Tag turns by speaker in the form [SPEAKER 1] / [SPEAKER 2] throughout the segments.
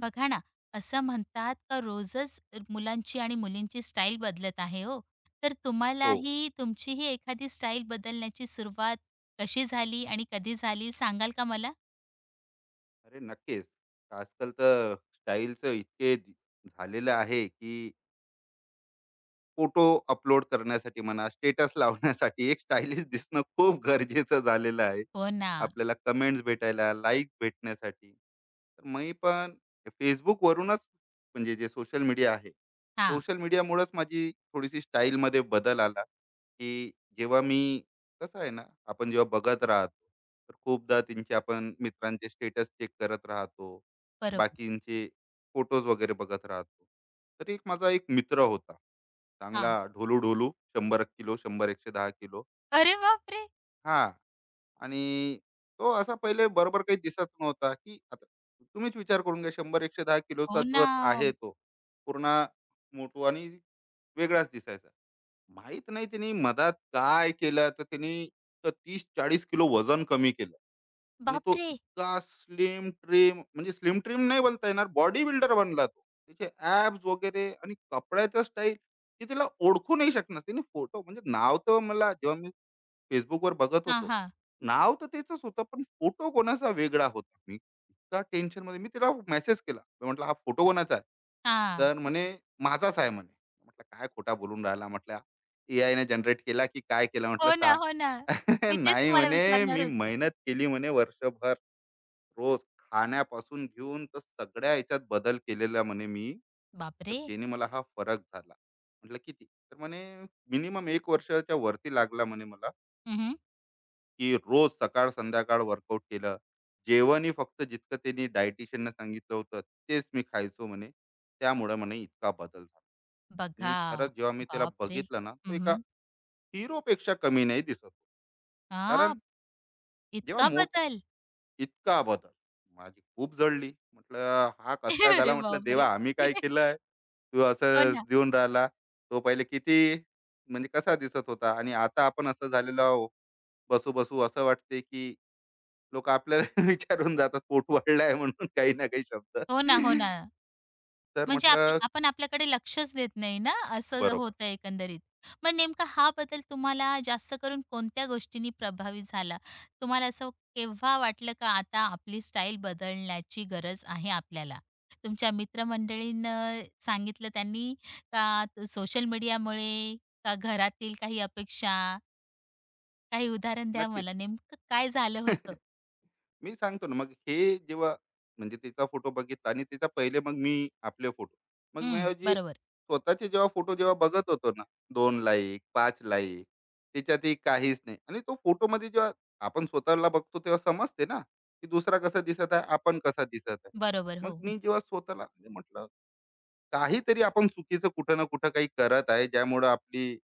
[SPEAKER 1] बघा ना, असं म्हणतात का रोजच मुलांची आणि मुलींची स्टाईल बदलत आहे हो. तर
[SPEAKER 2] हो.
[SPEAKER 1] तुम्हालाही तुमचीही एखादी स्टाईल बदलण्याची सुरुवात कशी झाली आणि कधी झाली सांगाल का मला?
[SPEAKER 2] अरे नक्कीच. आजकाल तर स्टाईलचं झालेलं आहे, की फोटो अपलोड करण्यासाठी म्हणा, स्टेटस लावण्यासाठी एक स्टायलिश दिसणं खूप गरजेचं झालेलं आहे.
[SPEAKER 1] हो ना.
[SPEAKER 2] आपल्याला कमेंट्स भेटायला, लाइक भेटण्यासाठी. तर मी पण Facebookवरूनच म्हणजे जे सोशल मीडिया आहे,
[SPEAKER 1] हां,
[SPEAKER 2] सोशल मीडियामुळेच माझी थोडीशी स्टाईलमध्ये बदल आला, की जेव्हा मी, कसं आहे ना, आपण जेव्हा बघत राहतो, तर खूपदा त्यांचे आपण मित्रांचे स्टेटस चेक करत राहतो,
[SPEAKER 1] बरोबर.
[SPEAKER 2] बाकींचे फोटोज वगैरे बघत राहतो. तर माझा एक मित्र होता. चांगला
[SPEAKER 1] हां.
[SPEAKER 2] ढोलू ढोलू, शंभर एकशे दहा किलो,
[SPEAKER 1] अरे बापरे!
[SPEAKER 2] हा. आणि तो असा पहिले बरोबर काही दिसत नव्हता की, आता तुम्हीच विचार करून घ्या, 110 किलोचा
[SPEAKER 1] हो ना.
[SPEAKER 2] जर आहे तो पूर्ण मोठू आणि वेगळाच दिसायचा. माहित नाही त्यांनी मधात काय केलं, तर त्यांनी 30 40 किलो वजन कमी केलं. आणि तो
[SPEAKER 1] बापरे!
[SPEAKER 2] इतका स्लिम ट्रिम, म्हणजे स्लिम ट्रिम नाही बोलता येणार, बॉडी बिल्डर बनला तो. त्याचे ऍब्स वगैरे आणि कपड्याचा स्टाईल की तिला ओळखू नाही शकणार. तिने फोटो, म्हणजे नाव, तर मला जेव्हा मी Facebookवर बघत
[SPEAKER 1] हां,
[SPEAKER 2] होतो.
[SPEAKER 1] हां.
[SPEAKER 2] नाव तर त्याचंच होतं, पण फोटो कोणाचा वेगळा होता. मी इतका टेन्शनमध्ये तिला मेसेज केला. मी म्हटलं, "हा फोटो कोणाचा आहे?"
[SPEAKER 1] हां.
[SPEAKER 2] तर म्हणे, "माझाच आहे" म्हणे. म्हटलं, "काय खोटा बोलून राहिला?" म्हटलं, ए आय ने जनरेट केला की काय केला, म्हटलं,
[SPEAKER 1] हो ना,
[SPEAKER 2] "सांग."
[SPEAKER 1] हो ना.
[SPEAKER 2] "अरे
[SPEAKER 1] मी तेच
[SPEAKER 2] नाही"
[SPEAKER 1] तुम्हाला
[SPEAKER 2] म्हणे,
[SPEAKER 1] विचारणार
[SPEAKER 2] "मी
[SPEAKER 1] होती.
[SPEAKER 2] मेहनत केली" म्हणे, "वर्षभर रोज खाण्यापासून घेऊन तर सगळ्या ह्याच्यात बदल केलेला" म्हणे मी, "तर
[SPEAKER 1] बापरे!
[SPEAKER 2] जेणे मला हा फरक झाला." म्हटलं, "किती?" तर म्हणे, "मिनिमम 1 वर्षाच्या वरती लागला" म्हणे मला.
[SPEAKER 1] हं,
[SPEAKER 2] की रोज सकाळ संध्याकाळ वर्कआउट केलं. जेवणही फक्त जितकं त्यांनी डायटिशियनने सांगितलं होतं तेच मी खायचो म्हणे. त्यामुळे म्हणे इतका बदल झाला.
[SPEAKER 1] बघा.
[SPEAKER 2] आणि खरंच जेव्हा मी त्याला
[SPEAKER 1] बापरे!
[SPEAKER 2] बघितलं ना, तो
[SPEAKER 1] हं,
[SPEAKER 2] एका
[SPEAKER 1] हं.
[SPEAKER 2] हिरोपेक्षा कमी नाही दिसत होता. कारण जेव्हा
[SPEAKER 1] इतका
[SPEAKER 2] मोठ
[SPEAKER 1] बदल.
[SPEAKER 2] इतका बदल. माझी खूप जळली. म्हटलं, हा कसं काय झाला?
[SPEAKER 1] अरे
[SPEAKER 2] म्हटलं, देवा
[SPEAKER 1] बापरे!
[SPEAKER 2] आम्ही काय केलंय? तू
[SPEAKER 1] हो
[SPEAKER 2] असं
[SPEAKER 1] ना.
[SPEAKER 2] देऊन राहिला. तो पहिले किती, म्हणजे कसा दिसत होता आणि आता आपण असं झालेलो आहोत. बसू-बसू असं वाटते की लोक आपल्याला विचारून जातात पोट वाढलाय म्हणून, काही ना काही शब्द.
[SPEAKER 1] हो ना, हो ना.
[SPEAKER 2] तर
[SPEAKER 1] म्हणजे आप
[SPEAKER 2] म्हटलं
[SPEAKER 1] आपण आपल्याकडे लक्षच देत नाही ना, असं जर
[SPEAKER 2] बरोबर.
[SPEAKER 1] होतं एकंदरीत. मग नेमका हा बदल तुम्हाला जास्त करून कोणत्या गोष्टींनी प्रभावित झाला? तुम्हाला असं केव्हा वाटलं का आता आपली स्टाईल बदलण्याची गरज आहे आपल्याला? तुमच्या मित्रमंडळीनं सांगितलं त्यांनी का सोशल मीडियामुळे, का घरातील काही अपेक्षा? काही उदाहरण द्या
[SPEAKER 2] नक्कीच.
[SPEAKER 1] मला नेमकं काय झालं होतं?
[SPEAKER 2] मी सांगतो ना. मग हे जेव्हा, म्हणजे तिचा फोटो बघितला आणि तिचा पहिले, मग मी आपले फोटो, मग मी
[SPEAKER 1] हं,
[SPEAKER 2] जे
[SPEAKER 1] बरोबर.
[SPEAKER 2] स्वतःचे जेव्हा फोटो जेव्हा बघत होतो ना, 2 लाईक 5 लाईक, त्याच्यातही काहीच नाही. आणि तो फोटो मध्ये जेव्हा आपण स्वतःला बघतो तेव्हा समजते ना, की दुसरा कसा दिसत आहे, आपण कसा दिसत आहे.
[SPEAKER 1] बरोबर,
[SPEAKER 2] मग
[SPEAKER 1] हो.
[SPEAKER 2] मी जेव्हा स्वतःला, म्हणजे म्हटलं, काहीतरी आपण चुकीचं कुठं ना कुठं काही करत आहे, ज्यामुळं आपली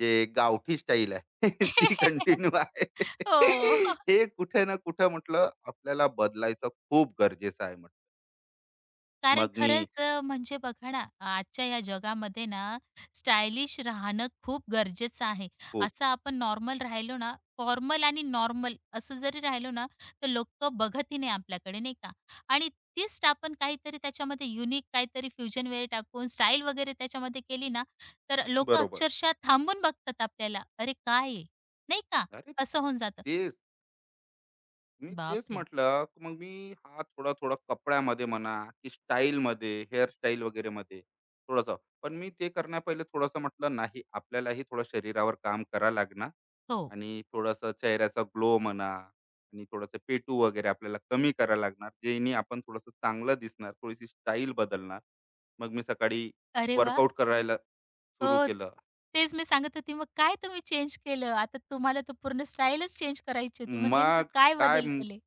[SPEAKER 2] जे गावठी स्टाईल आहे ती कंटिन्यू आहे.
[SPEAKER 1] हो.
[SPEAKER 2] हे कुठे ना कुठे म्हटलं, आपल्याला बदलायचं खूप गरजेचं आहे म्हटलं.
[SPEAKER 1] कारण
[SPEAKER 2] मग मी
[SPEAKER 1] खरंच म्हणजे बघा ना, आजच्या या जगामध्ये ना, स्टायलिश राहणं खूप गरजेचं आहे.
[SPEAKER 2] खूप.
[SPEAKER 1] असं आपण नॉर्मल राहिलो ना, फॉर्मल आणि नॉर्मल असं जरी राहिलो ना, तर लोकं बघतही नाही आपल्याकडे, नाही का? आणि तीच आपण काहीतरी त्याच्यामध्ये युनिक काहीतरी फ्युजन वेअर टाकून स्टाईल वगैरे त्याच्यामध्ये केली ना, तर लोकं
[SPEAKER 2] बरोबर.
[SPEAKER 1] अक्षरशः थांबून बघतात आपल्याला. "अरे, काय आहे?" नाही का?
[SPEAKER 2] अरे
[SPEAKER 1] असं होऊन जातं.
[SPEAKER 2] ते, मी तेच
[SPEAKER 1] बापरे!
[SPEAKER 2] म्हटलं, की मग मी हा थोडा थोडा कपड्यामध्ये म्हणा, की स्टाईल मध्ये, हेअरस्टाईल वगैरे मध्ये थोडस. पण मी ते करण्या पहिले थोडंसं म्हटलं, नाही, आपल्यालाही थोडं शरीरावर काम करा लागणार,
[SPEAKER 1] हो.
[SPEAKER 2] आणि थोडंसं चेहऱ्याचा ग्लो म्हणा, आणि थोडंसं पेटू वगैरे आपल्याला कमी करा लागणार, जेणे आपण थोडंसं चांगलं दिसणार, थोडीशी स्टाईल बदलणार. मग मी सकाळी
[SPEAKER 1] अरे वाह!
[SPEAKER 2] वर्कआउट करायला सुरू
[SPEAKER 1] हो,
[SPEAKER 2] केलं.
[SPEAKER 1] तेच मी सांगत होती, मग काय तुम्ही चेंज केलं? आता तुम्हाला तर पूर्ण स्टाईलच चेंज करायची होती. मग नेमकं
[SPEAKER 2] मग
[SPEAKER 1] काय
[SPEAKER 2] काय,
[SPEAKER 1] बदल केले?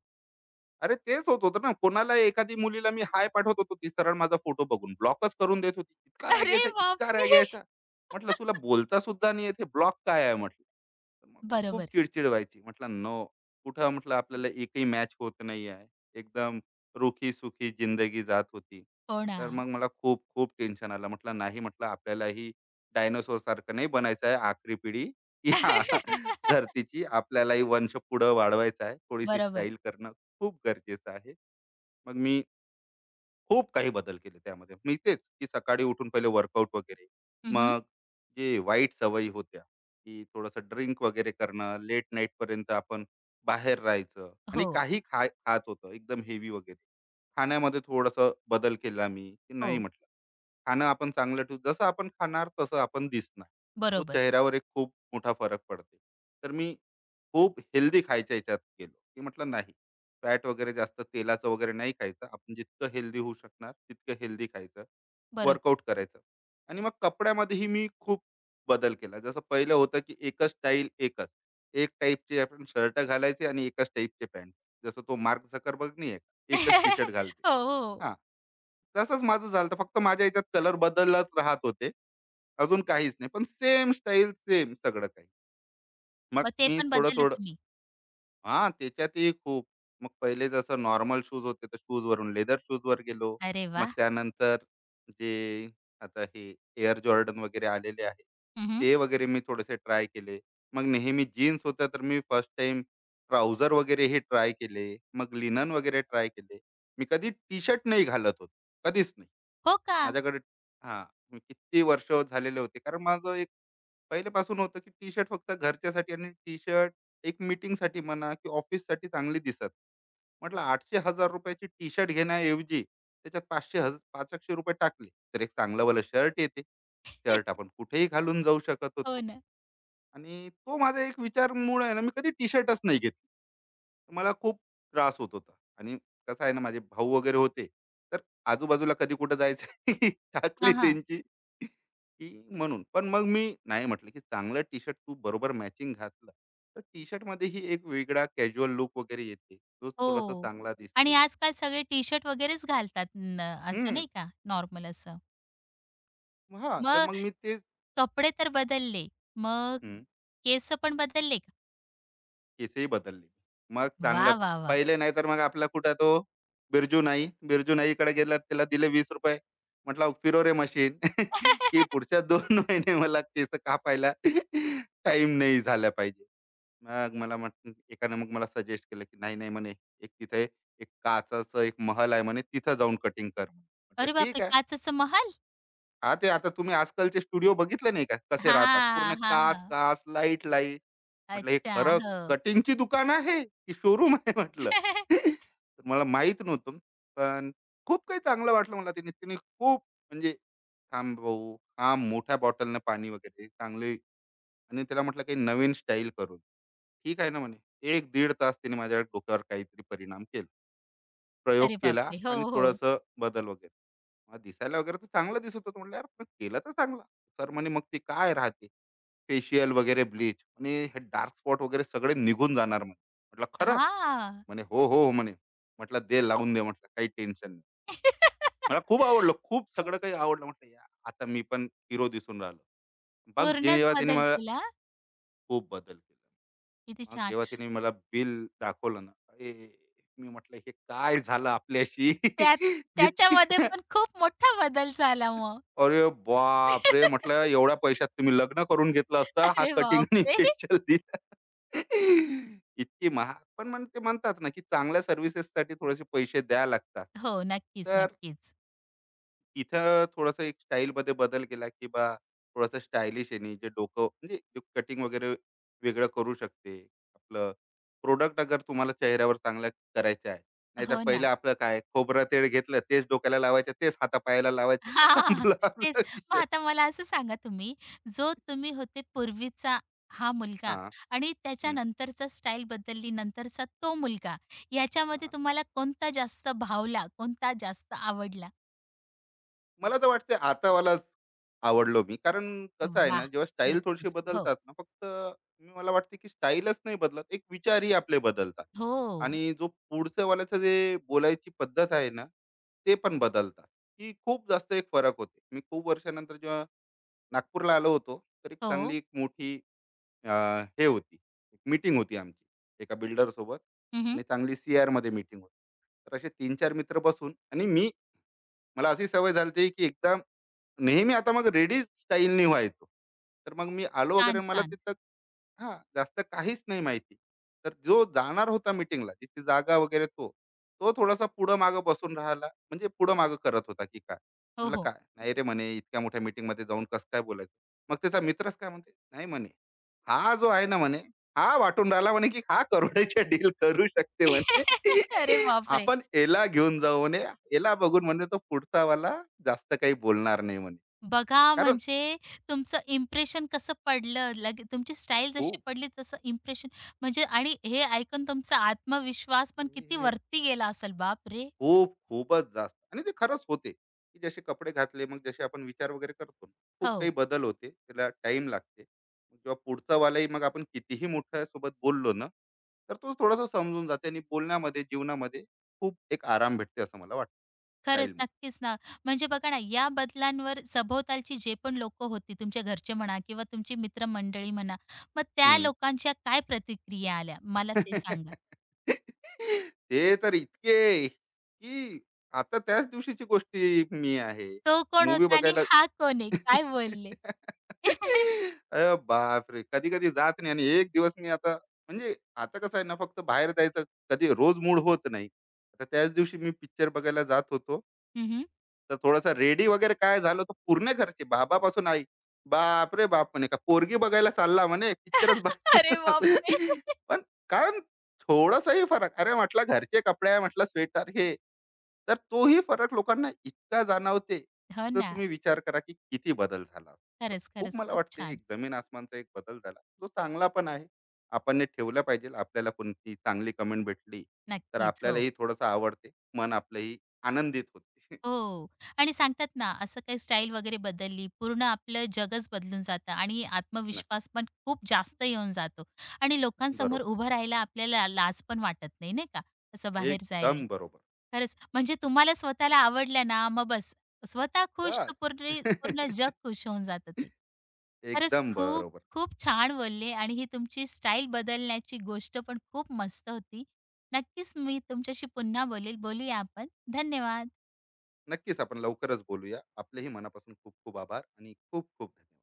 [SPEAKER 2] अरे, तेच होत होतं ना. कोणाला एखादी मुलीला मी हाय पाठवत होतो, ती सरळ माझा फोटो बघून ब्लॉकच करून देत होती. इतका राग
[SPEAKER 1] अरे
[SPEAKER 2] यायचा, इतका राग
[SPEAKER 1] बापरे!
[SPEAKER 2] यायचा. म्हटलं, "तुला बोलता सुद्धा नाही येत, ब्लॉक काय आहे?" म्हटलं. तर मग खूप
[SPEAKER 1] बरोबर.
[SPEAKER 2] चिडचिड व्हायची. म्हटलं नो, कुठं, म्हटलं आपल्याला एकही मॅच होत नाही आहे. एकदम रुखी सुखी जिंदगी जात होती.
[SPEAKER 1] हो ना.
[SPEAKER 2] तर मग मला खूप खूप टेन्शन आलं. म्हटलं नाही, म्हटलं आपल्यालाही डायनोसोर सारखं नाही बनायचं आहे, आखरी पिढी या धरतीची. आपल्यालाही वंश पुढं वाढवायचा आहे. थोडीशी
[SPEAKER 1] बरोबर.
[SPEAKER 2] स्टाईल करणं खूप गरजेचं आहे. मग मी खूप काही बदल केले त्यामध्ये. मी तेच, की सकाळी उठून पहिले वर्कआउट वगैरे.
[SPEAKER 1] हं,
[SPEAKER 2] मग जे वाईट सवयी होत्या, की थोडंसं ड्रिंक वगैरे करणं, लेट नाईटपर्यंत आपण बाहेर राहायचं आणि
[SPEAKER 1] हो,
[SPEAKER 2] काही खात होतं एकदम हेवी वगैरे. खाण्यामध्ये थोडंसं बदल केला मी, की नाही
[SPEAKER 1] हो.
[SPEAKER 2] म्हटलं, खाणं आपण चांगलं ठेवू. जसं आपण खाणार तसं आपण दिसणार. तो
[SPEAKER 1] बरोबर,
[SPEAKER 2] चेहऱ्यावर एक खूप मोठा फरक पडते. तर मी खूप हेल्दी खायच्या याच्यात गेलो. की म्हटलं नाही, फॅट वगैरे जास्त, तेलाचं वगैरे नाही खायचं आपण. जितकं हेल्दी होऊ शकणार तितकं हेल्दी खायचं,
[SPEAKER 1] बरोबर.
[SPEAKER 2] वर्कआउट करायचं. आणि मग कपड्यामध्येही मी खूप बदल केला. जसं पहिलं होतं की एकच स्टाईल, एकच, एक टाईपचे आपण शर्ट घालायचे आणि एकच टाईपचे पॅन्ट. जसं तो मार्क झकरबर्ग नाही आहे का? एकच टी शर्ट घालते.
[SPEAKER 1] हो, हो.
[SPEAKER 2] हां. तसंच माझं झालं होतं. फक्त माझ्या ह्याच्यात कलर बदलत राहत होते. अजून काहीच नाही. पण सेम स्टाईल, सेम सगळं काही. मग
[SPEAKER 1] मग ते
[SPEAKER 2] मी
[SPEAKER 1] पण बदललं
[SPEAKER 2] थोडं-थोडं.
[SPEAKER 1] तुम्ही.
[SPEAKER 2] हां, त्याच्यातही खूप. मग पहिले जसं नॉर्मल शूज होते, तर शूजवरून लेदर शूजवर गेलो.
[SPEAKER 1] अरे
[SPEAKER 2] मग
[SPEAKER 1] वाह!
[SPEAKER 2] त्यानंतर, जे आता हे एअर जॉर्डन वगैरे आलेले आहे,
[SPEAKER 1] हं,
[SPEAKER 2] ते वगैरे मी थोडेसे ट्राय केले. मग नेहमी जीन्स होत्या, तर मी फर्स्ट टाईम ट्राउझर वगैरे हे ट्राय केले. मग लिनन वगैरे ट्राय केले. मी कधी टी-शर्ट नाही घालत होतो, कधीच नाही.
[SPEAKER 1] हो का?
[SPEAKER 2] माझ्याकडे, हां, मी किती वर्ष झालेले होते. कारण माझं एक पहिल्यापासून होतं, की टी-शर्ट फक्त घरच्यासाठी, आणि टी-शर्ट एक मीटिंगसाठी म्हणा की ऑफिससाठी चांगली दिसत. म्हटलं ₹800,000 ची टी-शर्ट घेण्याऐवजी त्याच्यात पाचशे हज ₹500 टाकले, तर एक चांगलंवालं शर्ट येते. शर्ट आपण कुठेही घालून जाऊ शकत
[SPEAKER 1] हो
[SPEAKER 2] होतो.
[SPEAKER 1] ना.
[SPEAKER 2] आणि तो माझा एक विचारमुळे आहे ना, मी कधी टी-शर्टच नाही घेतला. मला खूप त्रास होत होता. आणि कसं आहे ना, माझे भाऊ वगैरे होते, तर आजूबाजूला कधी कुठं जायचं टाकली
[SPEAKER 1] हां, हां.
[SPEAKER 2] त्यांची, की, म्हणून पण मग मी नाही म्हटलं, की चांगलं टी शर्ट तू बरोबर मॅचिंग घातलं तर टी शर्ट मध्ये ही एक वेगळा कॅज्युअल लुक वगैरे येते, जो थोडासा
[SPEAKER 1] हो
[SPEAKER 2] चांगला
[SPEAKER 1] आणि
[SPEAKER 2] दिसते.
[SPEAKER 1] आजकाल सगळे टी-शर्ट वगैरेच घालतात न असं
[SPEAKER 2] हम्म.
[SPEAKER 1] नाही का नॉर्मल असं.
[SPEAKER 2] हा, तर
[SPEAKER 1] मग
[SPEAKER 2] मग मी ते,
[SPEAKER 1] कपडे तर बदलले. मग केस पण बदलले का?
[SPEAKER 2] केसही बदलले. मग
[SPEAKER 1] वा
[SPEAKER 2] चांगलं,
[SPEAKER 1] वा वा
[SPEAKER 2] पहिले नाही, तर मग आपला कुठं तो बिरजू नाईकडे गेला. त्याला दिले ₹20. म्हटलं, "फिरो रे मशीन." की पुढच्या 2 महिने मला केस कापायला टाईम नाही झाला पाहिजे. मग मला म्हटलं एकानं, मग मला सजेस्ट केलं, की "नाही, नाही," म्हणे, "एक तिथे एक काचेचं एक महल आहे म्हणे, तिथं जाऊन कटिंग कर." म्हणे. म्हटलं,
[SPEAKER 1] अरे बापरे!
[SPEAKER 2] "ठीक आहे."
[SPEAKER 1] काचेचं महल?
[SPEAKER 2] हां, ते आता तुम्ही आजकालचे स्टुडिओ बघितले नाही का कसे राहतात? पूर्ण
[SPEAKER 1] हां, हां, हां.
[SPEAKER 2] काच-काच, लाईट-लाईट. म्हटलं हे
[SPEAKER 1] अच्छा.
[SPEAKER 2] खरं
[SPEAKER 1] हो.
[SPEAKER 2] कटिंगची दुकान आहे की शोरूम आहे म्हटलं. तर मला माहीत नव्हतं. पण खूप काही चांगलं वाटलं मला तिने. तिने खूप, म्हणजे, "थांब भाऊ, हा मोठ्या बॉटलनं पाणी वगैरे चांगले." आणि त्याला म्हटलं काही नवीन स्टाईल करून. ठीक आहे ना म्हणे. 1 दीड तास तिने माझ्या डोक्यावर काहीतरी परिणाम केला. प्रयोग
[SPEAKER 1] अरे
[SPEAKER 2] केला
[SPEAKER 1] बापरे! हो,
[SPEAKER 2] आणि
[SPEAKER 1] हो.
[SPEAKER 2] थोडंसं बदल वगैरे. मग दिसायला वगैरे तर चांगलं दिसत होतं. म्हटलं यार, पण केलं तर चांगलं. सर म्हणे, मग ते काय राहते फेशियल वगैरे, ब्लीच, आणि हे डार्क स्पॉट वगैरे सगळे निघून जाणार म्हणे. म्हटलं खरं?
[SPEAKER 1] हां.
[SPEAKER 2] म्हणे हो हो हो म्हणे. म्हटलं, दे लावून दे, म्हटलं काही टेन्शन नाही. मला खूप आवडलं, खूप
[SPEAKER 1] पू
[SPEAKER 2] सगळं काही आवडलं. म्हटलं, या आता मी पण हिरो दिसून राहिलो. मग
[SPEAKER 1] पूर्णच
[SPEAKER 2] जेव्हा त्याने
[SPEAKER 1] बदल
[SPEAKER 2] मला
[SPEAKER 1] केला.
[SPEAKER 2] खूप बदल केला.
[SPEAKER 1] किती
[SPEAKER 2] मग
[SPEAKER 1] छान.
[SPEAKER 2] जेव्हा त्याने मला बिल दाखवलं ना, अरे, मी म्हटलं हे काय झालं आपल्याशी.
[SPEAKER 1] त्यात
[SPEAKER 2] जितकी,
[SPEAKER 1] त्याच्यामध्ये पण खूप मोठा बदल झाला मग.
[SPEAKER 2] अरे बापरे! म्हटलं एवढ्या पैशात तुम्ही लग्न करून घेतलं असतं, हा
[SPEAKER 1] अरे
[SPEAKER 2] कटिंग आणि
[SPEAKER 1] बापरे!
[SPEAKER 2] फेशियल दिला. इतकी महाग. पण मग ते म्हणतात ना, की चांगल्या सर्व्हिसेससाठी थोडेसे पैसे द्यावे लागतात.
[SPEAKER 1] हो, नक्कीच,
[SPEAKER 2] तर
[SPEAKER 1] नक्कीच.
[SPEAKER 2] तिथं थोडंसं एक स्टाईलमध्ये बदल केला, की बा, थोडंसं स्टायलिश आहे जे डोकं, म्हणजे कटिंग वगैरे वेगळं करू शकते. आपलं प्रॉडक्ट अगर तुम्हाला चेहऱ्यावर चांगलं करायचं आहे. नाहीतर
[SPEAKER 1] हो
[SPEAKER 2] पहिलं
[SPEAKER 1] ना.
[SPEAKER 2] आपलं काय, खोबरं तेल घेतलं, तेच डोक्याला लावायचं, तेच हातापायाला लावायचं.
[SPEAKER 1] हां,
[SPEAKER 2] संपला
[SPEAKER 1] तेच.
[SPEAKER 2] आपला
[SPEAKER 1] मग
[SPEAKER 2] विषय.
[SPEAKER 1] आता मला असं सांगा तुम्ही, जो तुम्ही होते पूर्वीचा हा मुलगा
[SPEAKER 2] हां,
[SPEAKER 1] आणि त्याच्या
[SPEAKER 2] हं,
[SPEAKER 1] नंतरचा स्टाईल बदलली, नंतरचा तो मुलगा, याच्यामध्ये
[SPEAKER 2] हां.
[SPEAKER 1] तुम्हाला कोणता जास्त भावला, कोणता जास्त आवडला?
[SPEAKER 2] मला तर वाटते आतावालाच आवडलो मी. कारण कसं आहे ना,
[SPEAKER 1] वाह!
[SPEAKER 2] जेव्हा स्टाईल थोडीशी
[SPEAKER 1] नक्कीच. हो.
[SPEAKER 2] बदलतात ना, फक्त, मी मला वाटते की स्टाईलच नाही बदलत, एक विचारही आपले बदलतात.
[SPEAKER 1] हो.
[SPEAKER 2] आणि जो पुढच्या वाल्याचं जे बोलायची पद्धत आहे ना, ते पण बदलतात, की खूप जास्त एक फरक होते. मी खूप वर्षानंतर जेव्हा नागपूरला आलो होतो, तर एक
[SPEAKER 1] हो.
[SPEAKER 2] चांगली एक मोठी, अ, हे होती, एक मीटिंग होती आमची एका बिल्डरसोबत.
[SPEAKER 1] हं, हं.
[SPEAKER 2] आणि चांगली सी-आरमध्ये मीटिंग होती. तर असे 3-4 मित्र बसून, आणि मी, मला अशी सवय झाली की एकदम नेहमी आता मग रेडी स्टाईलनी व्हायचो. तर मग मी आलो वगैरे,
[SPEAKER 1] छान,
[SPEAKER 2] मला
[SPEAKER 1] छान.
[SPEAKER 2] तिथलं, हां, जास्त काहीच नाही माहिती. तर जो जाणार होता मीटिंगला तिथे जागा वगैरे तो, तो थोडासा पुढं-मागं बसून राहिला, म्हणजे पुढं-मागं करत होता की काय.
[SPEAKER 1] हो,
[SPEAKER 2] म्हटलं,
[SPEAKER 1] हो.
[SPEAKER 2] "काय? नाही रे," म्हणे, "इतक्या मोठ्या मीटिंगमध्ये जाऊन कसं काय बोलायचं?" मग त्याचा मित्रच काय म्हणते, "नाही," म्हणे, "हा जो आहे ना," म्हणे, हा वाटून राहिला म्हणे, की हा करोड्याच्या डील करू शकते म्हणे.
[SPEAKER 1] अरे बापरे!
[SPEAKER 2] आपण याला घेऊन जाऊ म्हणे. याला बघून म्हणे तो पुढचावाला जास्त काही बोलणार नाही म्हणे.
[SPEAKER 1] बघा,
[SPEAKER 2] कारण
[SPEAKER 1] म्हणजे तुमचं इम्प्रेशन कसं पडलं, लगे तुमची स्टाईल जशी
[SPEAKER 2] खूप.
[SPEAKER 1] पडली तसं इम्प्रेशन म्हणजे आणि हे ऐकून तुमचा आत्मविश्वास पण किती
[SPEAKER 2] हे
[SPEAKER 1] वरती गेला असेल. बाप रे,
[SPEAKER 2] खूप, खूपच जास्त. आणि ते खरंच होते, की जसे कपडे घातले मग जसे आपण विचार वगैरे करतो ना, खूप काही
[SPEAKER 1] हो.
[SPEAKER 2] बदल होते. त्याला टाईम लागते. मग जेव्हा पुढचावालाही, मग आपण कितीही मोठ्यासोबत बोललो ना, तर तो थोडासा समजून जाते, आणि बोलण्यामध्ये, जीवनामध्ये खूप एक आराम भेटते असं मला वाटतं
[SPEAKER 1] खरंच,
[SPEAKER 2] स्टाईलमुळे.
[SPEAKER 1] नक्कीच ना. म्हणजे बघा ना, या बदलांवर सभोवतालची जे पण लोकं होती, तुमच्या घरचे म्हणा किंवा तुमची मित्रमंडळी म्हणा, मग त्या लोकांच्या काय प्रतिक्रिया आल्या? मला ते सांगा.
[SPEAKER 2] ते तर इतके, की, आता त्याच दिवशीची गोष्टी मी आहे,
[SPEAKER 1] तो कोण
[SPEAKER 2] मूवी
[SPEAKER 1] होता आणि
[SPEAKER 2] बघायला
[SPEAKER 1] हा कोण आहे? काय बोलले?
[SPEAKER 2] अरे बापरे, कधी कधी जात नाही, आणि एक दिवस मी आता म्हणजे, आता कसं आहे ना, फक्त बाहेर जायचं कधी रोज मूड होत नाही. आता त्याच दिवशी मी पिक्चर बघायला जात होतो,
[SPEAKER 1] हं,
[SPEAKER 2] तर थोडासा रेडी वगैरे काय झालं, तर पूर्ण घरचे, बाबापासून आई, "बापरे बाप!" म्हणे, "का पोरगी बघायला चालला?" म्हणे, "पिक्चरच बघायला
[SPEAKER 1] अरे
[SPEAKER 2] चालला."
[SPEAKER 1] बापरे!
[SPEAKER 2] पण कारण, थोडासाही फरक, अरे म्हटलं घरचे कपडे आहे, म्हटलं स्वेटर हे. तर तोही फरक लोकांना इतका जाणवते.
[SPEAKER 1] हो
[SPEAKER 2] तर
[SPEAKER 1] ना.
[SPEAKER 2] तुम्ही विचार करा की किती बदल झाला.
[SPEAKER 1] खरंच,
[SPEAKER 2] खूप,
[SPEAKER 1] खरंच.
[SPEAKER 2] मला
[SPEAKER 1] खूप
[SPEAKER 2] वाटते
[SPEAKER 1] छान.
[SPEAKER 2] एक जमीन आसमानचा एक बदल झाला. जो चांगला पण आहे. आपण हे ठेवलं पाहिजे. आपल्याला कोणती चांगली कमेंट भेटली तर
[SPEAKER 1] नक्कीच. हो.
[SPEAKER 2] आपल्यालाही थोडंसं आवडते. मन आपलंही आनंदित होते.
[SPEAKER 1] हो. आणि सांगतात ना, असं काही स्टाईल वगैरे बदलली, पूर्ण आपलं जगच बदलून जातं आणि
[SPEAKER 2] नक्की.
[SPEAKER 1] आत्मविश्वास पण खूप जास्त येऊन जातो आणि लोकांसमोर
[SPEAKER 2] बरोबर.
[SPEAKER 1] उभं राहायला आपल्याला लाज पण वाटत नाही, नाही का? असं बाहेर जायला.
[SPEAKER 2] एकदम बरोबर.
[SPEAKER 1] खरंच, म्हणजे तुम्हाला स्वतःला आवडलं ना, मग बस स्वतः खुश
[SPEAKER 2] बस.
[SPEAKER 1] तर पूर्ण पूर्ण जग खुश होऊन जातं ते. खरंच
[SPEAKER 2] एकदम
[SPEAKER 1] खूप,
[SPEAKER 2] बरोबर.
[SPEAKER 1] खूप छान बोलले आणि ही तुमची स्टाईल बदलण्याची गोष्ट पण खूप मस्त होती. नक्कीच मी तुमच्याशी पुन्हा बोलेल. बोलूया आपण. धन्यवाद.
[SPEAKER 2] नक्कीच आपण लवकरच बोलूया. आपलेही मनापासून खूप खूप आभार आणि खूप खूप धन्यवाद.